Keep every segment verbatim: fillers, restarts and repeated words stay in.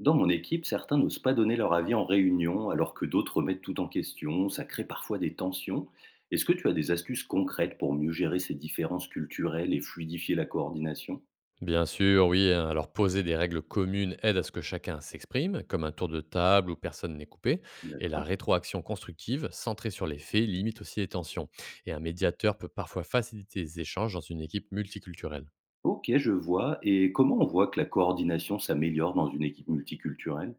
Dans mon équipe, certains n'osent pas donner leur avis en réunion, alors que d'autres remettent tout en question. Ça crée parfois des tensions. Est-ce que tu as des astuces concrètes pour mieux gérer ces différences culturelles et fluidifier la coordination? Bien sûr, oui, hein. Alors poser des règles communes aide à ce que chacun s'exprime, comme un tour de table où personne n'est coupé, et la D'accord. rétroaction constructive, centrée sur les faits, limite aussi les tensions. Et un médiateur peut parfois faciliter les échanges dans une équipe multiculturelle. Ok, je vois. Et comment on voit que la coordination s'améliore dans une équipe multiculturelle?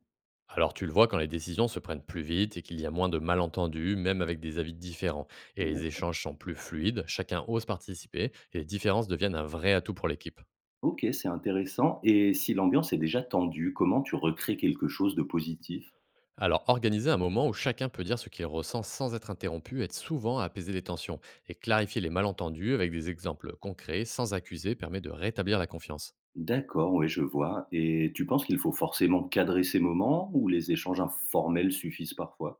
Alors tu le vois quand les décisions se prennent plus vite et qu'il y a moins de malentendus, même avec des avis différents, et les D'accord. échanges sont plus fluides, chacun ose participer, et les différences deviennent un vrai atout pour l'équipe. Ok, c'est intéressant. Et si l'ambiance est déjà tendue, comment tu recrées quelque chose de positif? Alors, organiser un moment où chacun peut dire ce qu'il ressent sans être interrompu aide souvent à apaiser les tensions et clarifier les malentendus avec des exemples concrets sans accuser permet de rétablir la confiance. D'accord, oui, je vois. Et tu penses qu'il faut forcément cadrer ces moments ou les échanges informels suffisent parfois?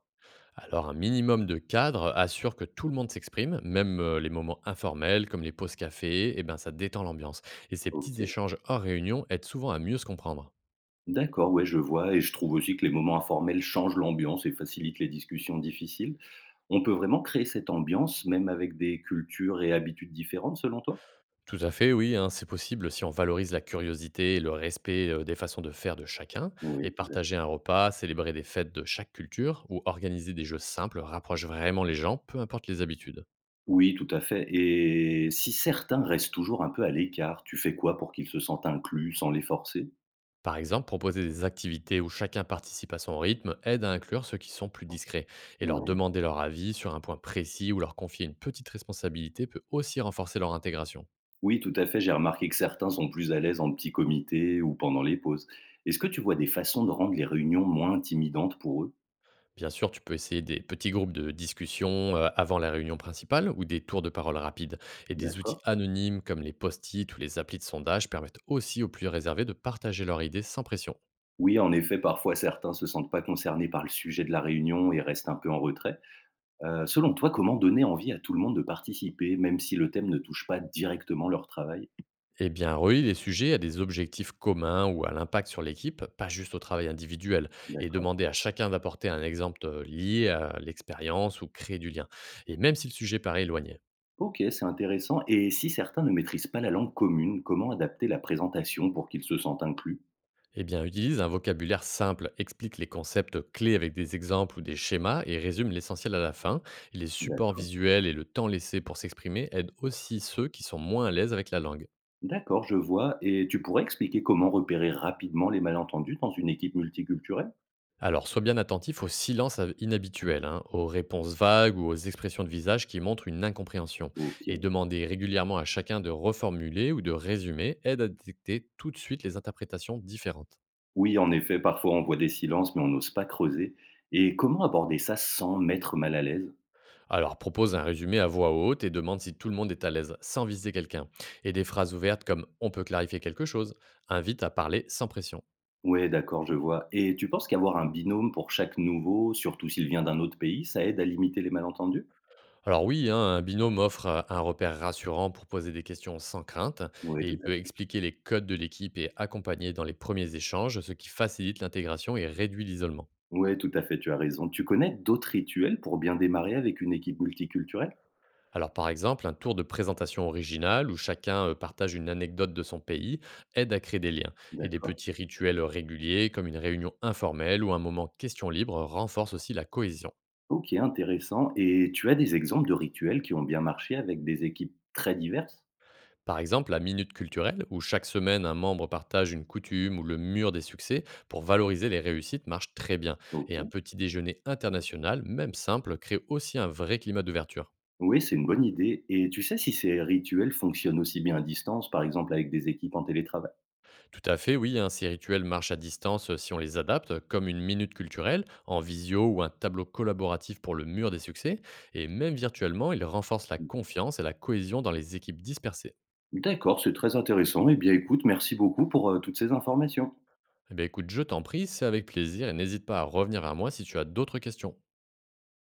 Alors, un minimum de cadre assure que tout le monde s'exprime, même euh, les moments informels comme les pauses café, et ben ça détend l'ambiance. Et ces Ok. petits échanges hors réunion aident souvent à mieux se comprendre. D'accord, ouais, je vois, et je trouve aussi que les moments informels changent l'ambiance et facilitent les discussions difficiles. On peut vraiment créer cette ambiance, même avec des cultures et habitudes différentes, selon toi? Tout à fait, oui, hein, c'est possible si on valorise la curiosité et le respect euh, des façons de faire de chacun. Et Oui, tout à fait. partager un repas, célébrer des fêtes de chaque culture ou organiser des jeux simples rapproche vraiment les gens, peu importe les habitudes. Oui, tout à fait. Et si certains restent toujours un peu à l'écart, tu fais quoi pour qu'ils se sentent inclus sans les forcer? Par exemple, proposer des activités où chacun participe à son rythme aide à inclure ceux qui sont plus discrets. Et leur Ouais. demander leur avis sur un point précis ou leur confier une petite responsabilité peut aussi renforcer leur intégration. Oui, tout à fait. J'ai remarqué que certains sont plus à l'aise en petit comité ou pendant les pauses. Est-ce que tu vois des façons de rendre les réunions moins intimidantes pour eux? Bien sûr, tu peux essayer des petits groupes de discussion euh, avant la réunion principale ou des tours de parole rapides. Et des outils D'accord. anonymes comme les post-it ou les applis de sondage permettent aussi aux plus réservés de partager leurs idées sans pression. Oui, en effet, parfois certains se sentent pas concernés par le sujet de la réunion et restent un peu en retrait. Heu, selon toi, comment donner envie à tout le monde de participer, même si le thème ne touche pas directement leur travail? Eh bien, relie les sujets à des objectifs communs ou à l'impact sur l'équipe, pas juste au travail individuel, et D'accord. demander à chacun d'apporter un exemple euh, lié à l'expérience ou créer du lien. Et même si le sujet paraît éloigné. OK, c'est intéressant, et si certains ne maîtrisent pas la langue commune, comment adapter la présentation pour qu'ils se sentent inclus? Eh bien, utilise un vocabulaire simple, explique les concepts clés avec des exemples ou des schémas et résume l'essentiel à la fin. Et les supports D'accord. visuels et le temps laissé pour s'exprimer aident aussi ceux qui sont moins à l'aise avec la langue. D'accord, je vois, et tu pourrais expliquer comment repérer rapidement les malentendus dans une équipe multiculturelle? Alors, sois bien attentif aux silences av- inhabituels, hein, aux réponses vagues ou aux expressions de visage qui montrent une incompréhension. Et OK. demander régulièrement à chacun de reformuler ou de résumer aide à détecter tout de suite les interprétations différentes. Oui, en effet, parfois on voit des silences, mais on n'ose pas creuser, et comment aborder ça sans mettre mal à l'aise? Alors propose un résumé à voix haute et demande si tout le monde est à l'aise, sans viser quelqu'un. Et des phrases ouvertes comme on peut clarifier quelque chose, invite à parler sans pression. Ouais, d'accord, je vois. Et tu penses qu'avoir un binôme pour chaque nouveau, surtout s'il vient d'un autre pays, ça aide à limiter les malentendus? Alors oui, hein, un binôme offre euh, un repère rassurant pour poser des questions sans crainte, Ouais, et tout il à peut fait. expliquer les codes de l'équipe et accompagner dans les premiers échanges, ce qui facilite l'intégration et réduit l'isolement. Ouais, tout à fait, tu as raison. Tu connais d'autres rituels pour bien démarrer avec une équipe multiculturelle? Alors par exemple, un tour de présentation original où chacun euh, partage une anecdote de son pays aide à créer des liens. Et des D'accord. petits rituels réguliers comme une réunion informelle ou un moment question libre renforcent aussi la cohésion. Ok, intéressant. Et tu as des exemples de rituels qui ont bien marché avec des équipes très diverses? Par exemple, la minute culturelle où chaque semaine un membre partage une coutume ou le mur des succès pour valoriser les réussites marche très bien. Ok. Et un petit déjeuner international, même simple, crée aussi un vrai climat d'ouverture. Oui, c'est une bonne idée. Et tu sais si ces rituels fonctionnent aussi bien à distance, par exemple avec des équipes en télétravail? Tout à fait, oui, hein, ces rituels marchent à distance euh, si on les adapte, comme une minute culturelle, en visio ou un tableau collaboratif pour le mur des succès, et même virtuellement, ils renforcent la confiance et la cohésion dans les équipes dispersées. D'accord, c'est très intéressant. Eh bien, écoute, merci beaucoup pour euh, toutes ces informations. Eh bien écoute, je t'en prie, c'est avec plaisir, et n'hésite pas à revenir vers moi si tu as d'autres questions.